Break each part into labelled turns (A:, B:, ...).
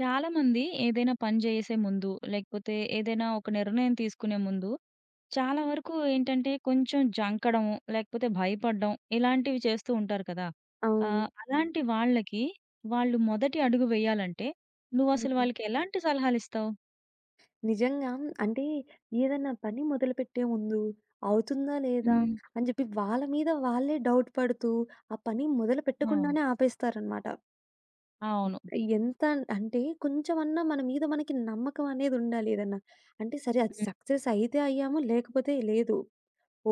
A: చాలా మంది ఏదైనా పని చేసే ముందు, లేకపోతే ఏదైనా ఒక నిర్ణయం తీసుకునే ముందు, చాలా వరకు ఏంటంటే కొంచెం జంకడం, లేకపోతే భయపడడం ఇలాంటివి చేస్తూ ఉంటారు కదా!
B: అవును.
A: అలాంటి వాళ్ళకి వాళ్ళు మొదటి అడుగు వేయాలంటే నువ్వసలు
B: హ్మ్.
A: వాళ్ళకి ఎలాంటి సలహాలిస్తావు?
B: నిజంగా అంటే ఏదన్నా పని మొదలుపెట్టే ముందు అవుతుందా లేదా
A: హ్మ్.
B: అని చెప్పి వాళ్ళ మీద వాళ్ళే డౌట్ పడుతూ ఆ పని మొదలు
A: ఆ!
B: పెట్టకుండానే ఆపేస్తారనమాట.
A: అవును.
B: ఎంత అంటే కొంచెమన్నా మన మీద మనకి నమ్మకం అనేది ఉండాలి ఏదన్నా. అంటే సరే అది
A: హ్మ్.
B: సక్సెస్ అయితే అయ్యాము లేకపోతే లేదు.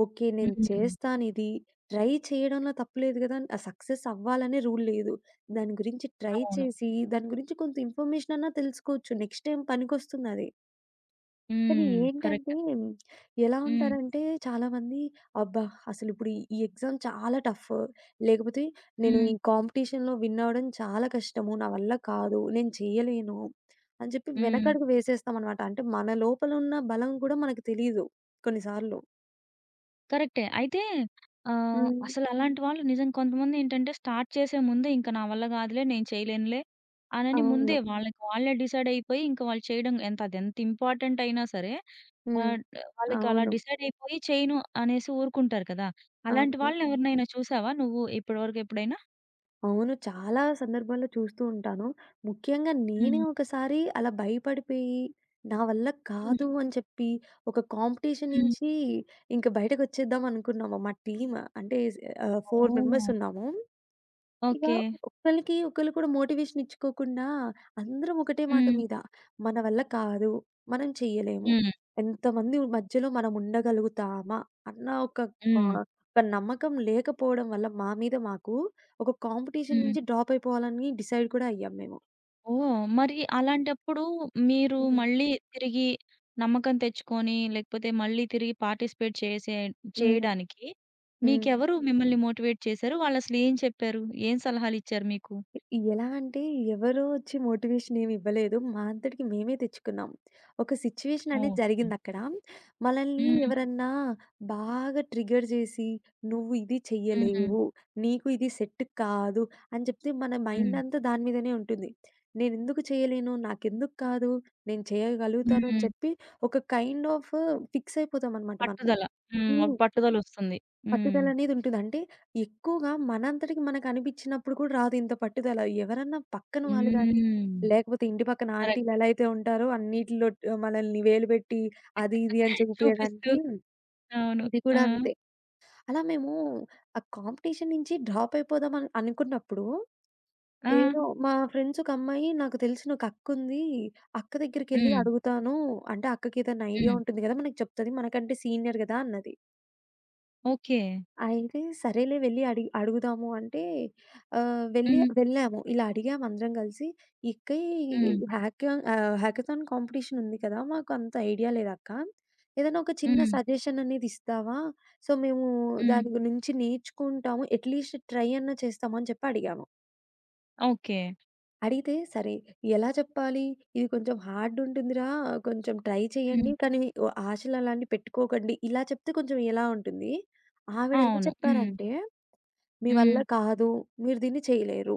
B: ఓకే. నేను
A: హ్మ్.
B: చేస్తాను ఇది. ట్రై చేయడంలో తప్పు లేదు గదా! ఆ సక్సెస్ అవ్వాలనే రూల్ లేదు. దాని గురించి ట్రై
A: అవును.
B: చేసి దాని గురించి కొంత ఇన్ఫర్మేషన్ అన్నా తెలుసుకోవచ్చు. నెక్స్ట్ టైమ్ పనికొస్తుందది. కానీ
A: హ్మ్.
B: ఏంటంటే
A: కరెక్ట్.
B: ఎలా
A: హ్మ్.
B: ఉంటారంటే చాలామంది అబ్బా! అసలిప్పుడు ఈ ఎగ్జామ్ చాలా టఫ్. లేకపోతే నేను
A: హ్మ్.
B: ఈ కాంపిటీషన్‌లో విన్ అవ్వడం చాలా కష్టము. నా వల్ల కాదు. నేను చేయలేను అని చెప్పి
A: హ్మ్.
B: వెనకడుగు వేసేస్తామనమాట. అంటే మన లోపల ఉన్న బలం కూడా మనకు తెలీదు కొన్నిసార్లు.
A: కరెక్టే. అయితే
B: హ్మ్.
A: అసలలాంటి వాళ్ళు నిజంగా కొంతమందేంటంటే స్టార్ట్ చేసే ముందే ఇంక నా వల్ల గాదులే, నేను చేయలేనులే అనని
B: అవును.
A: ముందే వాళ్ళకి వాళ్ళే డిసైడ్ అయిపోయి ఇంక వాళ్ళు చేయడం ఎంత అదెంత ఇంపార్టెంట్ అయినా సరే
B: హ్మ్.
A: ఆహ్, డ్ వాళ్ళకి అలా
B: అవును.
A: డిసైడ్ అయిపోయి చేయను అనేసి ఊరుకుంటారు కదా! అలాంటి
B: అవును.
A: వాళ్ళని ఎవరినైనా చూసావా నువ్వు ఇప్పటి వరకు ఎప్పుడైనా?
B: అవును, చాలా సందర్భాల్లో చూస్తూ ఉంటాను. ముఖ్యంగా నేనే
A: హ్మ్.
B: ఒకసారి అలా భయపడిపోయి, నా వల్ల
A: హ్మ్.
B: కాదు అని చెప్పి, ఒక కాంపిటీషన్
A: హ్మ్.
B: నుంచి ఇంక బయటకొచ్చేద్దాం అనుకున్నాము. మా టీమ్ అంటే 4
A: ఓహ్!
B: మెంబర్స్ ఉన్నాము. ఇక
A: ఓకే.
B: ఒకళ్ళకి ఒకళ్ళు కూడా మోటివేషన్ ఇచ్చుకోకుండా అందరం ఒకటే మాట
A: హ్మ్.
B: మీద మన వల్ల కాదు. మనం చెయ్యలేము.
A: హ్మ్.
B: ఎంతమంది మధ్యలో మనం ఉండగలుగుతామా అన్న ఒక కా
A: హ్మ్.
B: ఒక నమ్మకం లేకపోవడం వల్ల మా మీద మాకు ఒక కాంపిటీషన్
A: హ్మ్.
B: నుంచి డ్రాప్ అయిపోవాలని డిసైడ్ కూడా అయ్యాం మేము.
A: ఓహ్! మరి అలాంటప్పుడు మీరు
B: హ్మ్.
A: మళ్ళీ తిరిగి నమ్మకం తెచ్చుకొని, లేకపోతే మళ్ళీ తిరిగి పార్టిసిపేట్ చేసే
B: హ్మ్.
A: చేయడానికి
B: హ్మ్.
A: మీకెవరు మిమ్మల్ని మోటివేట్ చేశారు? వాళ్ళసలు ఏం చెప్పారు? ఏం సలహాలిచ్చారు మీకు?
B: ఎలా అంటే ఎవరో వచ్చి మోటివేషన్ ఏమి ఇవ్వలేదు. మా అంతటికి మేమే తెచ్చుకున్నాం. ఒక సిట్యుయేషన్ అనేది
A: ఓకే.
B: జరిగిందక్కడ. మనల్ని
A: హ్మ్.
B: ఎవరన్నా బాగా ట్రిగ్గర్ చేసి, "నువ్వు ఇది
A: హ్మ్.
B: చెయ్యలేవు. నీకు ఇది సెట్ కాదు" అని చెప్తే మన
A: హ్మ్.
B: మైండ్ అంతా దాని మీదనే ఉంటుంది. నేనెందుకు చేయలేను? నాకెందుకు కాదు? నేను చేయగలుగుతాను అని
A: హ్మ్.
B: చెప్పి ఒక కైండ్ ఆఫ్ ఫిక్స్ అయిపోతామనమాట మనము.
A: పట్టుదల. హ్మ్. ఒక
B: హ్మ్.
A: పట్టుదలొస్తుంది. హ్మ్.
B: పట్టుదలనేదుంటది. అంటే ఎక్కువగా మనంతటికి మనకనిపిచ్చినప్పుడు కూడా రాదు ఇంత పట్టుదల. ఎవరన్నా పక్కన వాళ్ళు గానీ,
A: హ్మ్.
B: లేకపోతే ఇంటి పక్కన
A: కరెక్ట్.
B: ఆంటీలు ఎలా అయితే ఉంటారో అన్నిటిలో మనల్ని వేలు పెట్టి అది ఇది అని
A: చూపిస్తూ
B: చూపియడానికి
A: అవును.
B: ఇది
A: ఆ!
B: కూడా అంతే. అలా మేము ఆ కాంపిటీషన్ నుంచి డ్రాప్ అయిపోదాం అని అనుకున్నప్పుడు,
A: ఆ!
B: ఏదో మా ఫ్రెండ్స్ ఒక అమ్మాయి నాకు తెలిసిన ఒక అక్కుంది. అక్క దగ్గరికెళ్ళి
A: హ్మ్.
B: అడుగుతాను. అంటే అక్కకేదైనా ఐడియా
A: హ్మ్.
B: ఉంటుంది గదా! మనకు చెప్తది. మనకంటే సీనియర్ గదా! అన్నది.
A: ఓకే.
B: అయితే సరేలే వెళ్లి అడిగి అడుగుదాము అంటే వెళ్ళి
A: హ్మ్.
B: వెళ్ళాము. ఇలా అడిగాము అందరం కలిసి. "ఇక్క ఈ
A: హ్మ్.
B: హ్యాకథాన్ కాంపిటీషన్ ఉంది కదా! మాకు అంత ఐడియా లేదక్క. ఏదైనా ఒక చిన్న
A: హ్మ్.
B: సజెషన్ అనేది ఇస్తావా? సో, మేము
A: హ్మ్.
B: దాని గురించి నేర్చుకుంటాము. అట్‌లీస్ట్ ట్రై అన్నా చేస్తాము" అని చెప్పి అడిగాము.
A: ఓకే.
B: అడిగితే "సరే ఎలా చెప్పాలి? ఇది కొంచెం హార్డ్ ఉంటుందిరా. కొంచెం ట్రై చేయండి.
A: హ్మ్.
B: కానీ ఓ ఆశలు అలాంటివి పెట్టుకోకండి" ఇలా చెప్తే కొంచెం ఎలా ఉంటుంది. ఆవిడ ఎలా
A: అవును. హ్మ్.
B: చెప్పారంటే మీ వల్ల
A: హ్మ్.
B: కాదు. మీరు దీన్ని చేయలేరు.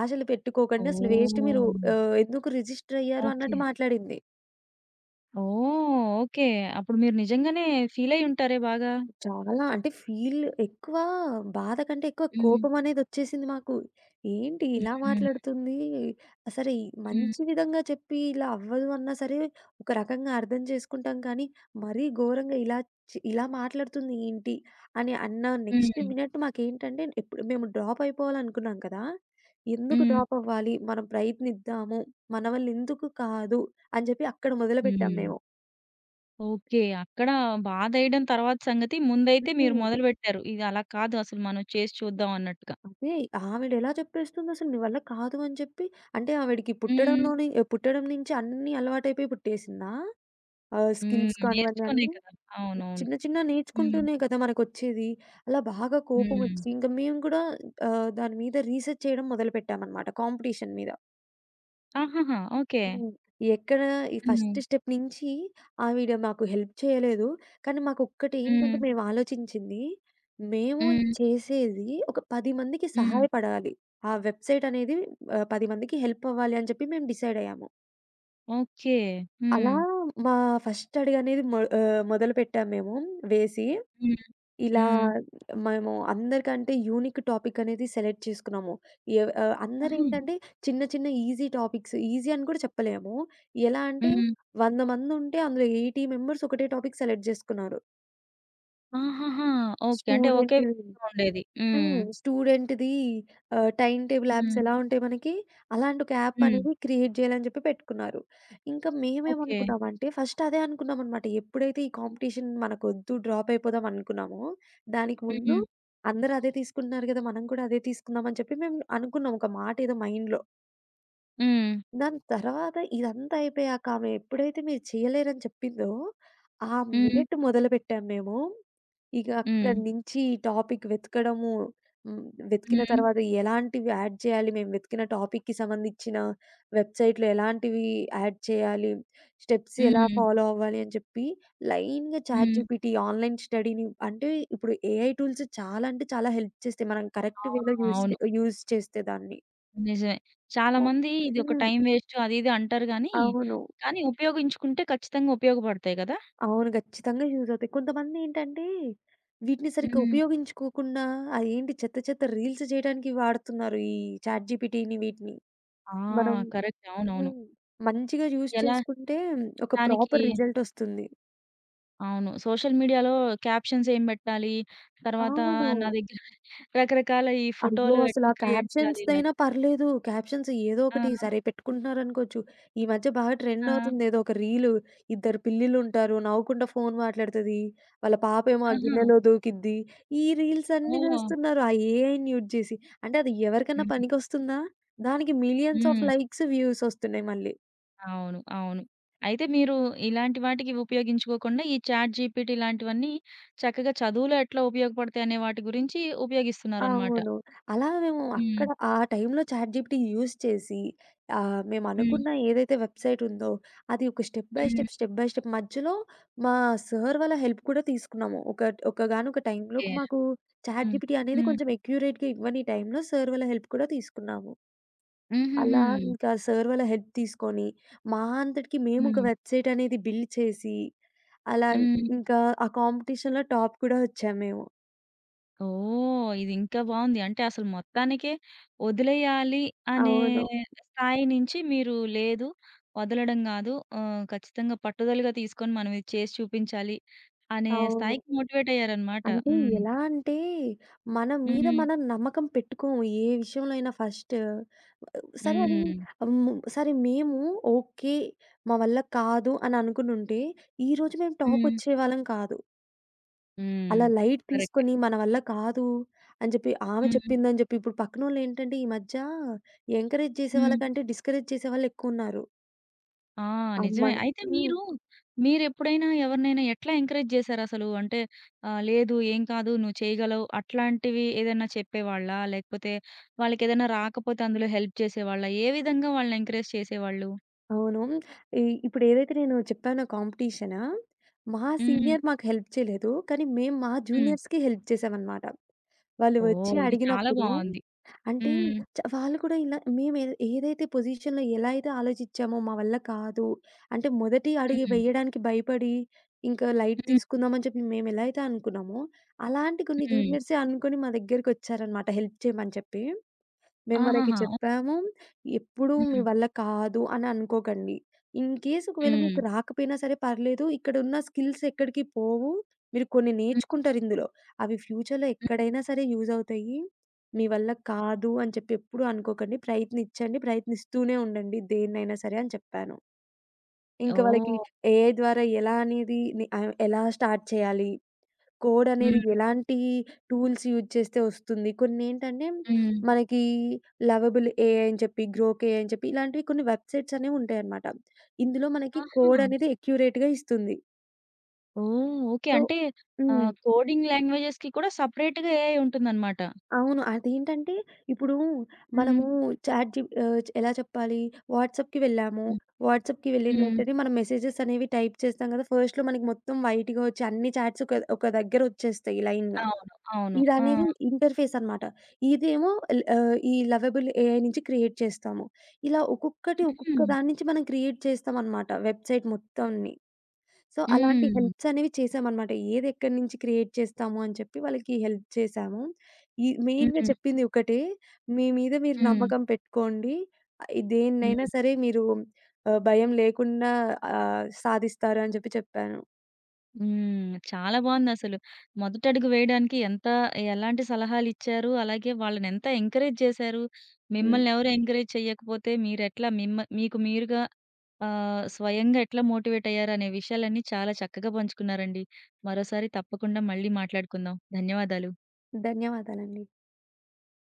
B: ఆశలు పెట్టుకోకండి. అసలు వేస్ట్ మీరు
A: ఓహ్!
B: ఎందుకు రిజిస్టర్ అయ్యారు
A: ఓకే.
B: అన్నట్టు మాట్లాడింది.
A: ఓహ్! ఓకే. అప్పుడు మీరు నిజంగానే ఫీలయ్యి ఉంటారే బాగా.
B: చాలా అంటే ఫీల్ ఎక్కువ బాధ కంటే ఎక్కువ
A: హ్మ్.
B: కోపం అనేదొచ్చేసింది మాకు. ఏంటి ఇలా
A: హ్మ్.
B: మాట్లాడుతుంది? సరే ఈ
A: హ్మ్.
B: మంచి విధంగా చెప్పి ఇలా అవ్వదు అన్నా సరే ఒక రకంగా అర్థం చేసుకుంటాం కానీ, మరీ ఘోరంగా ఇలా ఇలా మాట్లాడుతుంది ఏంటి? అని అన్న నెక్స్ట్
A: హ్మ్.
B: మినిట్ మాకేంటంటే ఇప్పుడు మేము డ్రాప్ అయిపోవాలనుకున్నాం కదా! ఎందుకు
A: హ్మ్.
B: డ్రాప్ అవ్వాలి? మనం ప్రయత్నిద్దాము. మన వల్ల ఎందుకు కాదు అని చెప్పి అక్కడ మొదలుపెట్టాం
A: హ్మ్.
B: మేము.
A: ఓకే. అక్కడ బాధేయడం తర్వాత సంగతి. ముందైతే మీరు
B: హ్మ్.
A: మొదలుపెట్టారు. ఇది అలా కాదు, అసలు మనం చేసి చూద్దాం అన్నట్టుగా.
B: అదే. ఆవిడెలా చెప్పేస్తుందసలు నీ వల్ల కాదు అని చెప్పి అంటే ఆవిడకి
A: హ్మ్.
B: పుట్టడంలోనే పుట్టడం నుంచి అన్నీ అలవాటైపోయి పుట్టేసిందా?
A: హ్మ్.
B: స్కిల్స్ కానివ్వండి
A: నేర్చుకునే
B: అన్నీ
A: కదా! అవునవును.
B: చిన్న చిన్న
A: హ్మ్.
B: నేర్చుకుంటూనే కదా మనకొచ్చేది. అలా బాగా
A: హ్మ్.
B: కోపమొచ్చి ఇంక మేము కూడా దాని మీద రీసెర్చ్ చేయడం మొదలుపెట్టామనమాట కాంపిటీషన్ మీద.
A: ఆహాహా! ఓకే.
B: హ్మ్. ఎక్కడ ఈ
A: హ్మ్.
B: ఫస్ట్ స్టెప్ నించి ఆవిడ మాకు హెల్ప్ చేయలేదు. కానీ
A: హ్మ్.
B: మాకొక్కటేంటంటే మేము ఆలోచించింది, మేము
A: హ్మ్.
B: చేసేది ఒక 10 మందికి
A: హ్మ్.
B: సహాయపడాలి. ఆ వెబ్‌సైట్ అనేది 10 మందికి హెల్ప్ అవ్వాలి అని చెప్పి మేము డిసైడ్ అయ్యాము.
A: ఓకే.
B: అలా
A: హ్మ్.
B: మా ఫస్ట్ అడుగనేది మొదలుపెట్టాము మేము వేసి
A: హ్మ్.
B: ఇలా
A: హ్మ్.
B: మేము అందరికంటే యూనిక్ టాపిక్ అనేది సెలెక్ట్ చేసుకున్నాము.
A: ఆహా!
B: అందరేంటంటే చిన్న చిన్న ఈజీ టాపిక్స్ ఈజీ అని కూడా చెప్పలేము. ఎలా అంటే
A: హ్మ్.
B: 100 మందుంటే అందులో 80 మెంబర్స్ ఒకటే టాపిక్ సెలెక్ట్ జేసుకున్నారు.
A: ఆహాహా! ఓకే. అంటే ఒకే
B: స్టూడెంట్
A: వీధిలో ఉండేది. హ్మ్.
B: హ్మ్. స్టూడెంట్‌ది టైమ్ టేబుల్
A: హ్మ్.
B: యాప్స్
A: హ్మ్.
B: ఎలా ఉంటాయి మనకి, అలాంటి ఒక యాప్
A: హ్మ్.
B: అనేది క్రియేట్ చేయాలని చెప్పి పెట్టుకున్నారు. ఇంకా
A: ఓకే.
B: మేమేమనుకున్నామంటే, ఫస్ట్ అదే అనుకున్నామనమాట. ఎప్పుడైతే ఈ కాంపిటీషన్ మనకొద్దు డ్రాప్ అయిపోదాం అనుకున్నామో, దానికి ముందు
A: హ్మ్.
B: అందరూ అదే తీసుకుంటున్నారు గదా! మనం కూడా అదే తీసుకుందాం అని చెప్పి మేము అనుకున్నాం. ఒక మాట ఏదో మైండ్‌లో.
A: హ్మ్.
B: దాని తర్వాత ఇదంతా అయిపోయాక ఆమె ఎప్పుడైతే మీరు చేయలేరని చెప్పిందో, ఆ
A: హ్మ్.
B: మినిట్ మొదలుపెట్టాం మేము. ఇక
A: హ్మ్.
B: అక్కడి నుంచి టాపిక్ వెతకడము, హ్మ్, వెతికిన
A: హ్మ్.
B: తర్వాత ఎలాంటివి యాడ్ చేయాలి, మేము వెతికిన టాపిక్‌కి సంబంధించిన వెబ్‌సైట్‌లో ఎలాంటివి యాడ్ చేయాలి, స్టెప్స్ ఎలా
A: హ్మ్.
B: ఫాలో అవ్వాలి అని చెప్పి లైన్‌గా
A: హ్మ్.
B: చాట్‌జీపీటీ, ఆన్‌లైన్ స్టడీని అంటే ఇప్పుడు ఏఐ టూల్స్ చాలా అంటే చాలా హెల్ప్ చేస్తాయి. మనం
A: ఆ!
B: కరెక్ట్ వేలో యూజ్
A: అవును.
B: యూజ్ చేస్తే దాన్ని.
A: నిజమే. చాలా మంది ఇది ఒక
B: హ్మ్.
A: టైం వేస్ట్ అది ఇది అంటారు గానీ,
B: అవును.
A: కానీ ఉపయోగించుకుంటే ఖచ్చితంగా ఉపయోగపడతాయి గదా!
B: అవును, ఖచ్చితంగా యూజ్ అవుతాయి. కొంతమందేంటంటే, వీటిని సరిగ్గా
A: హ్మ్.
B: ఉపయోగించుకోకుండా అదేంటి చెత్త చెత్త రీల్స్ చేయడానికి వాడుతున్నారు. ఈ చాట్‌జీపీటీని వీటిని.
A: ఆ!
B: మనం
A: కరెక్ట్. అవునవును.
B: హ్మ్. మంచిగా యూజ్
A: ఎలా
B: చేసుకుంటే ఒక
A: దానికి
B: ప్రాపర్ రిజల్ట్ ఒస్తుంది.
A: అవును. సోషల్ మీడియాలో క్యాప్షన్స్ ఏం బెట్టాలి? తర్వాత
B: అవును.
A: నా దగ్గర రకరకాల ఈ
B: అయ్యో!
A: ఫోటోలు
B: అసలు
A: ఎట్లా
B: ఆ
A: క్రియేట్ చేయాలి ఇలాగా.
B: క్యాప్షన్స్‌దైనా పర్లేదు. క్యాప్షన్స్ ఏదో
A: ఆ!
B: ఒకటి సరే పెట్టుకుంటున్నారనుకోవచ్చు. ఈ మధ్య బాగా ట్రెండ్
A: ఆ!
B: అవుతుంది ఏదో ఒక రీలు. ఇద్దరు పిల్లిలుంటారు. నవ్వుకుంటా ఫోను మాట్లాడుతది. వాళ్ళ పాపేమో ఆ
A: ఆహా!
B: గిన్నెలో దూకిద్ది. ఈ రీల్స్ అన్నీ
A: ఓహ్!
B: చేస్తున్నారు. ఆ ఏఐని యూజ్ చేసి. అంటే అది ఎవరికన్నా
A: హ్మ్.
B: పనికొస్తుందా? దానికి millions of
A: hmm.
B: Likes, views వస్తున్నాయి మళ్ళీ.
A: అవును. అవును. అయితే మీరు ఇలాంటి వాటికి ఉపయోగించుకోకుండా ఈ చాట్ జీపీటీ ఇలాంటివన్నీ చక్కగా చదువులో ఎట్లా ఉపయోగపడతాయి అనే వాటి గురించి ఉపయోగిస్తున్నారనమాట.
B: అవును. అలా మేము
A: హ్మ్.
B: అక్కడ ఆ టైంలో చాట్‌జిపిటీ యూజ్ చేసి
A: హ్మ్.
B: మేమనుకున్న ఏదైతే వెబ్‌సైట్ ఉందో అది ఒక step by
A: hmm.
B: Step, step by step మధ్యలో మా సార్ వాళ్ళ హెల్ప్ కూడా తీసుకున్నాము. ఒక ఒకగానొక
A: ఓకే.
B: టైంలోకి మాకు
A: హ్మ్.
B: చాట్‌జిపిటీ అనేది
A: హ్మ్.
B: కొంచెం అక్యురేట్‌గా ఇవ్వని టైంలో సార్ వాళ్ళ హెల్ప్ కూడా తీసుకున్నాము.
A: హుహుహు.
B: అలా ఇంకా సార్ వాళ్ళ హెల్ప్ తీసుకొని మా అంతటికి మేము ఒక
A: హ్మ్.
B: వెబ్‌సైట్ అనేది బిల్డ్ చేసి అలా
A: హ్మ్.
B: ఇంకా ఆ కాంపిటీషన్‌లో టాప్ కూడా వచ్చాము మేము.
A: ఓహ్! ఇది ఇంకా బావుంది. అంటే అసలు మొత్తానికే వదిలేయాలి అనే
B: అవును.
A: స్థాయి నుంచి మీరు లేదు, వదలడం గాదు. ఖచ్చితంగా పట్టుదలగా తీసుకొని మనం ఇది చేసి చూపించాలి అనే
B: అవును.
A: స్థాయికి మోటివేట్ అయ్యారనమాట.
B: అంటే
A: హ్మ్.
B: ఎలా అంటే, మన మీద
A: హ్మ్.
B: మనం నమ్మకం పెట్టుకోము. ఏ విషయంలో అయినా ఫస్ట్. సరే అది
A: హ్మ్.
B: హ్మ్. సరే మేము ఓకే. మా వల్ల కాదు అని అనుకునుంటే, ఈరోజు మేము
A: హ్మ్.
B: టాపొచ్చేవాళ్ళం కాదు.
A: హ్మ్.
B: అలా లైట్
A: కరెక్టే.
B: తీసుకొని మన వల్ల కాదు అని చెప్పి ఆమె
A: హ్మ్.
B: చెప్పిందని చెప్పి ఇప్పుడు పక్కనోళ్ళేంటంటే ఈ మధ్య ఎంకరేజ్ చేసేవాళ్ళ
A: హ్మ్.
B: కంటే డిస్కరేజ్ చేసేవాళ్ళెక్కువున్నారు.
A: ఆ! నిజమే.
B: అమ్మని
A: అయితే
B: హ్మ్.
A: మీరు, మీరెప్పుడైనా ఎవరినైనా ఎట్లా ఎంకరేజ్ చేశారసలు? అంటే లేదు, ఏం కాదు, నువ్వు చేయగలవు అట్లాంటివి ఏదైనా చెప్పేవాళ్ళా? లేకపోతే వాళ్ళకేదైనా రాకపోతే అందులో హెల్ప్ చేసేవాళ్ళా? ఏ విధంగా వాళ్ళని ఎంకరేజ్ చేసేవాళ్ళు?
B: అవును. ఈ ఇప్పుడేదైతే నేను చెప్పానో కాంపిటీషనా, మా
A: హ్మ్.
B: సీనియర్ మాకు హెల్ప్ చేయలేదు. కానీ మేము మా
A: హ్మ్.
B: జూనియర్స్‌కి హెల్ప్ చేసామనమాట. వాళ్ళు వచ్చి
A: ఓహ్! ఇది చాలా
B: అడిగినప్పుడు
A: బావుంది.
B: అంటే
A: హ్మ్.
B: వాళ్ళు కూడా ఇలా మేము ఏ ఏదైతే పొజిషన్‌లో ఎలా అయితే ఆలోచించామో మా వల్ల కాదు. అంటే మొదటి అడుగు
A: హ్మ్.
B: వేయడానికి భయపడి ఇంకా లైట్
A: హ్మ్.
B: తీసుకుందామని చెప్పి మేము ఎలా అయితే అనుకున్నామో, అలాంటి కొన్ని
A: హ్మ్.
B: జూనియర్సే అనుకోని మా దగ్గరికొచ్చారనమాట హెల్ప్ చేయమని చెప్పి. మేము వాళ్ళకి
A: ఆహాహా!
B: చెప్పాము. ఎప్పుడు మీ
A: హ్మ్.
B: వల్ల కాదు అని అనుకోకండి. ఇన్‌కేస్ ఒకవేళ
A: హ్మ్.
B: మీకు రాకపోయినా సరే పర్లేదు. ఇక్కడున్న స్కిల్స్ ఎక్కడికి పోవు. మీరు కొన్ని
A: హ్మ్.
B: నేర్చుకుంటారు ఇందులో. అవి ఫ్యూచర్‌లో
A: హ్మ్.
B: ఎక్కడైనా సరే యూజ్ అవుతాయి. మీ వల్ల కాదు అని చెప్పి ఎప్పుడు అనుకోకండి. ప్రయత్నించండి. ప్రయత్నిస్తూనే ఉండండి దేన్నైనా సరే అని చెప్పాను. ఇంకా వాళ్ళకి
A: ఓహ్!
B: ఏఐ ద్వారా ఎలా అనేది ఎలా స్టార్ట్ చేయాలి? కోడ్ అనేది
A: హ్మ్.
B: ఎలాంటి టూల్స్ యూజ్ చేస్తే వస్తుంది. కొన్నేంటంటే
A: హ్మ్.
B: మనకి లవబుల్ ఏఐ అని చెప్పి, గ్రోక్ ఏఐ అని చెప్పి ఇలాంటివి కొన్ని వెబ్‌సైట్స్ అనేవి ఉంటాయన్నమాట. ఇందులో మనకి
A: ఆహా!
B: కోడ్ అనేది అక్యురేట్‌గా ఇస్తుంది.
A: ఓహ్! ఓకే.
B: సో
A: అంటే
B: హ్మ్.
A: కోడింగ్ లాంగ్వేజెస్‌కి కూడా సెపరేట్‌గా ఏఐ ఉంటుందన్నమాట.
B: అవును. అదేంటంటే ఇప్పుడు
A: హ్మ్.
B: మనము ఎలా చెప్పాలి వాట్సాప్‌కి వెళ్ళాము.
A: హ్మ్.
B: వాట్సాప్‌కి వెళ్ళిన
A: హ్మ్.
B: వెంటనే మనం మెసేజెస్ అనేవి టైప్ చేస్తాం కదా! ఫస్ట్‌లో మనకి మొత్తం వైట్‌గా వచ్చి అన్ని చాట్స్ ఒక ఒక దగ్గర వచ్చేస్తాయి లైన్‌గా.
A: అవును. అవును. ఆ!
B: ఇదనేది ఇంటర్ఫేస్ అనమాట. ఇదేమో ఈ లవబుల్ ఏఐ నుంచి క్రియేట్ చేస్తాము. ఇలా ఒక్కొక్కటి
A: హుహు.
B: ఒక్కొక్క దాని నుంచి మనం క్రియేట్ చేస్తామనమాట వెబ్‌సైట్ మొత్తాన్ని. సో, అలాంటి
A: హ్మ్.
B: హెల్ప్స్ అనేవి చేశామనమాట. ఏది ఎక్కడి నుంచి క్రియేట్ చేస్తాము అని చెప్పి వాళ్ళకి హెల్ప్ చేశాము. ఈ మెయిన్‌గా
A: హ్మ్.
B: చెప్పింది ఒకటే, మీ మీద మీరు
A: హ్మ్.
B: నమ్మకం పెట్టుకోండి.
A: హ్మ్.
B: దేన్నైనా సరే మీరు భయం లేకుండా సాధిస్తారు అని చెప్పి చెప్పాను.
A: హ్మ్. చాలా బావుందసలు. మొదటడుగు వేయడానికి ఎంత ఎలాంటి సలహాలిచ్చారు, అలాగే వాళ్ళనెంత ఎంకరేజ్ చేశారు,
B: హ్మ్.
A: మిమ్మల్నెవరు ఎంకరేజ్ చెయ్యకపోతే మీరెట్లా మీకు మీరుగా స్వయంగా ఎట్లా మోటివేట్ అయ్యారనే విషయాలన్నీ చాలా చక్కగా పంచుకున్నారండి. మరోసారి తప్పకుండా మళ్ళీ మాట్లాడుకుందాం. ధన్యవాదాలు.
B: ధన్యవాదాలండి.